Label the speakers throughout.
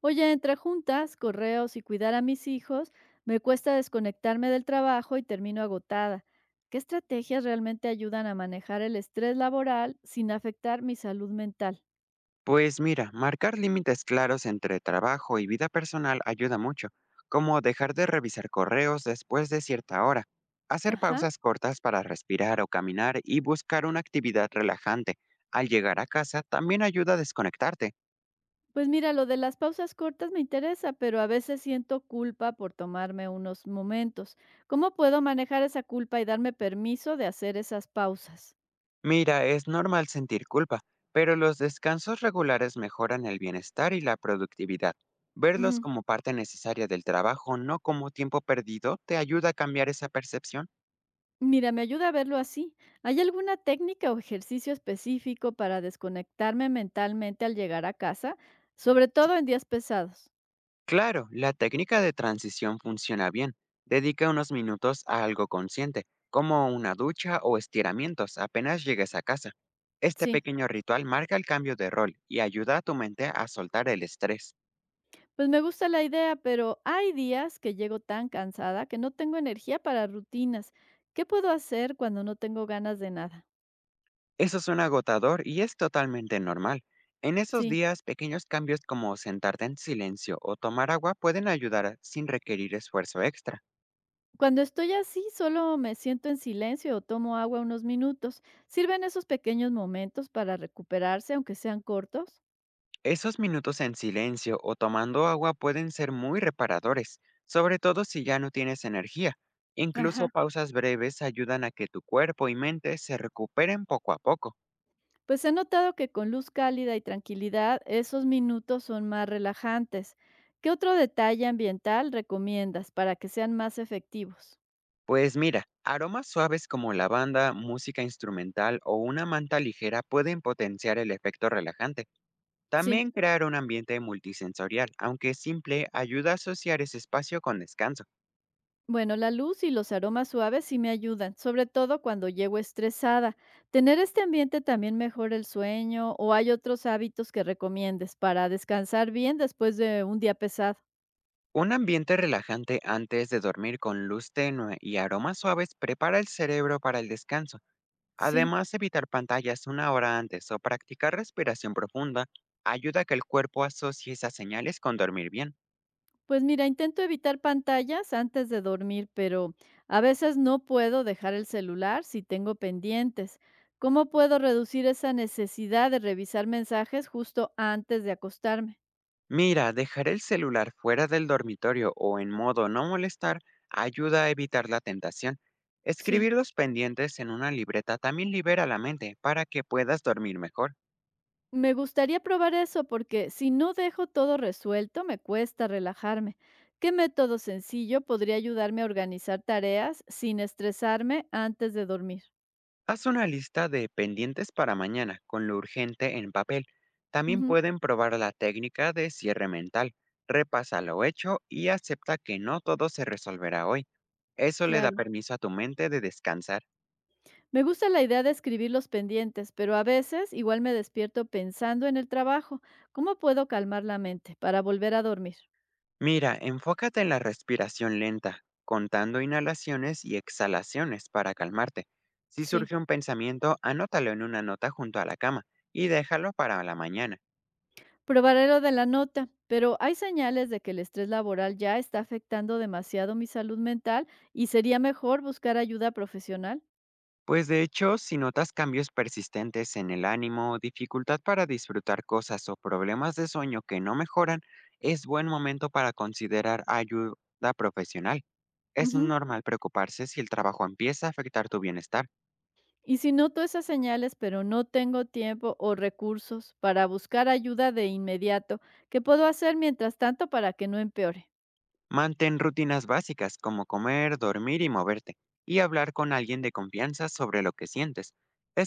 Speaker 1: Oye, entre juntas, correos y cuidar a mis hijos, me cuesta desconectarme del trabajo y termino agotada. ¿Qué estrategias realmente ayudan a manejar el estrés laboral sin afectar mi salud mental?
Speaker 2: Pues mira, marcar límites claros entre trabajo y vida personal ayuda mucho, como dejar de revisar correos después de cierta hora, hacer
Speaker 1: Ajá.
Speaker 2: pausas cortas para respirar o caminar y buscar una actividad relajante. Al llegar a casa también ayuda a desconectarte.
Speaker 1: Pues mira, lo de las pausas cortas me interesa, pero a veces siento culpa por tomarme unos momentos. ¿Cómo puedo manejar esa culpa y darme permiso de hacer esas pausas?
Speaker 2: Mira, es normal sentir culpa, pero los descansos regulares mejoran el bienestar y la productividad. Verlos
Speaker 1: Ujú.
Speaker 2: como parte necesaria del trabajo, no como tiempo perdido, te ayuda a cambiar esa percepción.
Speaker 1: Mira, me ayuda a verlo así. ¿Hay alguna técnica o ejercicio específico para desconectarme mentalmente al llegar a casa? Sobre todo en días pesados.
Speaker 2: Claro, la técnica de transición funciona bien. Dedica unos minutos a algo consciente, como una ducha o estiramientos apenas llegues a casa. Este
Speaker 1: Sí,
Speaker 2: pequeño ritual marca el cambio de rol y ayuda a tu mente a soltar el estrés.
Speaker 1: pues me gusta la idea, pero hay días que llego tan cansada que no tengo energía para rutinas. ¿Qué puedo hacer cuando no tengo ganas de nada?
Speaker 2: Eso es un agotador y es totalmente normal. En esos
Speaker 1: Sí,
Speaker 2: días, pequeños cambios como sentarte en silencio o tomar agua pueden ayudar sin requerir esfuerzo extra.
Speaker 1: cuando estoy así, solo me siento en silencio o tomo agua unos minutos. ¿Sirven esos pequeños momentos para recuperarse, aunque sean cortos?
Speaker 2: Esos minutos en silencio o tomando agua pueden ser muy reparadores, sobre todo si ya no tienes energía. Incluso
Speaker 1: Ajá.
Speaker 2: pausas breves ayudan a que tu cuerpo y mente se recuperen poco a poco.
Speaker 1: Pues he notado que con luz cálida y tranquilidad esos minutos son más relajantes. ¿Qué otro detalle ambiental recomiendas para que sean más efectivos?
Speaker 2: Pues mira, aromas suaves como lavanda, música instrumental o una manta ligera pueden potenciar el efecto relajante.
Speaker 1: Sí,
Speaker 2: También crear un ambiente multisensorial, aunque simple, ayuda a asociar ese espacio con descanso.
Speaker 1: bueno, la luz y los aromas suaves sí me ayudan, sobre todo cuando llego estresada. ¿Tener este ambiente también mejora el sueño o hay otros hábitos que recomiendes para descansar bien después de un día pesado?
Speaker 2: Un ambiente relajante antes de dormir con luz tenue y aromas suaves prepara el cerebro para el descanso.
Speaker 1: Sí.
Speaker 2: Además, evitar pantallas una hora antes o practicar respiración profunda ayuda a que el cuerpo asocie esas señales con dormir bien.
Speaker 1: Pues mira, intento evitar pantallas antes de dormir, pero a veces no puedo dejar el celular si tengo pendientes. ¿Cómo puedo reducir esa necesidad de revisar mensajes justo antes de acostarme?
Speaker 2: Mira, dejar el celular fuera del dormitorio o en modo no molestar ayuda a evitar la tentación.
Speaker 1: Sí,
Speaker 2: Escribir los pendientes en una libreta también libera la mente para que puedas dormir mejor.
Speaker 1: me gustaría probar eso porque si no dejo todo resuelto, me cuesta relajarme. ¿Qué método sencillo podría ayudarme a organizar tareas sin estresarme antes de dormir?
Speaker 2: Haz una lista de pendientes para mañana con lo urgente en papel. También
Speaker 1: Ujú,
Speaker 2: pueden probar la técnica de cierre mental. Repasa lo hecho y acepta que no todo se resolverá hoy. Eso le da
Speaker 1: claro.
Speaker 2: permiso a tu mente de descansar.
Speaker 1: Me gusta la idea de escribir los pendientes, pero a veces igual me despierto pensando en el trabajo. ¿Cómo puedo calmar la mente para volver a dormir?
Speaker 2: Mira, enfócate en la respiración lenta, contando inhalaciones y exhalaciones para calmarte. Si
Speaker 1: Sí,
Speaker 2: surge un pensamiento, anótalo en una nota junto a la cama y déjalo para la mañana.
Speaker 1: probaré lo de la nota, pero hay señales de que el estrés laboral ya está afectando demasiado mi salud mental y sería mejor buscar ayuda profesional.
Speaker 2: Pues de hecho, si notas cambios persistentes en el ánimo, dificultad para disfrutar cosas o problemas de sueño que no mejoran, es buen momento para considerar ayuda profesional. Es
Speaker 1: Ujú.
Speaker 2: normal preocuparse si el trabajo empieza a afectar tu bienestar.
Speaker 1: Y si noto esas señales, pero no tengo tiempo o recursos para buscar ayuda de inmediato, ¿qué puedo hacer mientras tanto para que no empeore?
Speaker 2: Mantén rutinas básicas como comer, dormir y moverte, y hablar con alguien de confianza sobre lo que sientes.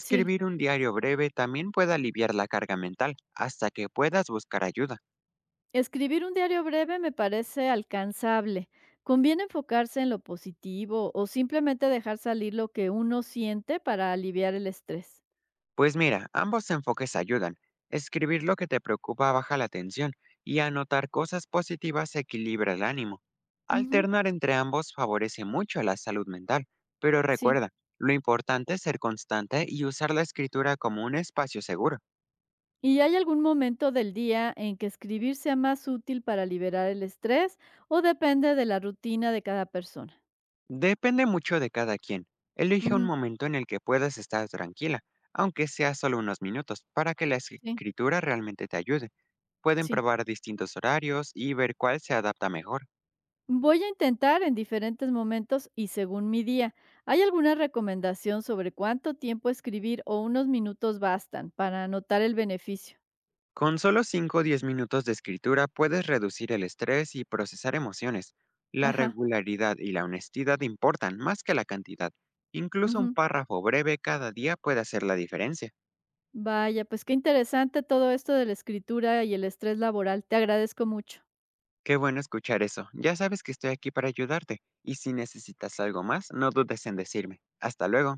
Speaker 1: Sí.
Speaker 2: un diario breve también puede aliviar la carga mental hasta que puedas buscar ayuda.
Speaker 1: Escribir un diario breve me parece alcanzable. ¿Conviene enfocarse en lo positivo o simplemente dejar salir lo que uno siente para aliviar el estrés?
Speaker 2: Pues mira, ambos enfoques ayudan. Escribir lo que te preocupa baja la tensión y anotar cosas positivas equilibra el ánimo.
Speaker 1: Ujú,
Speaker 2: Alternar entre ambos favorece mucho a la salud mental, pero
Speaker 1: sí.
Speaker 2: recuerda, lo importante es ser constante y usar la escritura como un espacio seguro.
Speaker 1: ¿Y hay algún momento del día en que escribir sea más útil para liberar el estrés o depende de la rutina de cada persona?
Speaker 2: Depende mucho de cada quien. Elige un
Speaker 1: Ujú,
Speaker 2: momento en el que puedas estar tranquila, aunque sea solo unos minutos, para que la
Speaker 1: sí,
Speaker 2: escritura realmente te ayude. Pueden
Speaker 1: sí.
Speaker 2: probar distintos horarios y ver cuál se adapta mejor.
Speaker 1: Voy a intentar en diferentes momentos y según mi día. ¿Hay alguna recomendación sobre cuánto tiempo escribir o unos minutos bastan para notar el beneficio?
Speaker 2: Con solo 5 o 10 minutos de escritura puedes reducir el estrés y procesar emociones. La
Speaker 1: Ajá,
Speaker 2: regularidad y la honestidad importan más que la cantidad. Incluso un
Speaker 1: ujú.
Speaker 2: párrafo breve cada día puede hacer la diferencia.
Speaker 1: Vaya, pues qué interesante todo esto de la escritura y el estrés laboral. Te agradezco mucho.
Speaker 2: Qué bueno escuchar eso. Ya sabes que estoy aquí para ayudarte. Y si necesitas algo más, no dudes en decirme. Hasta luego.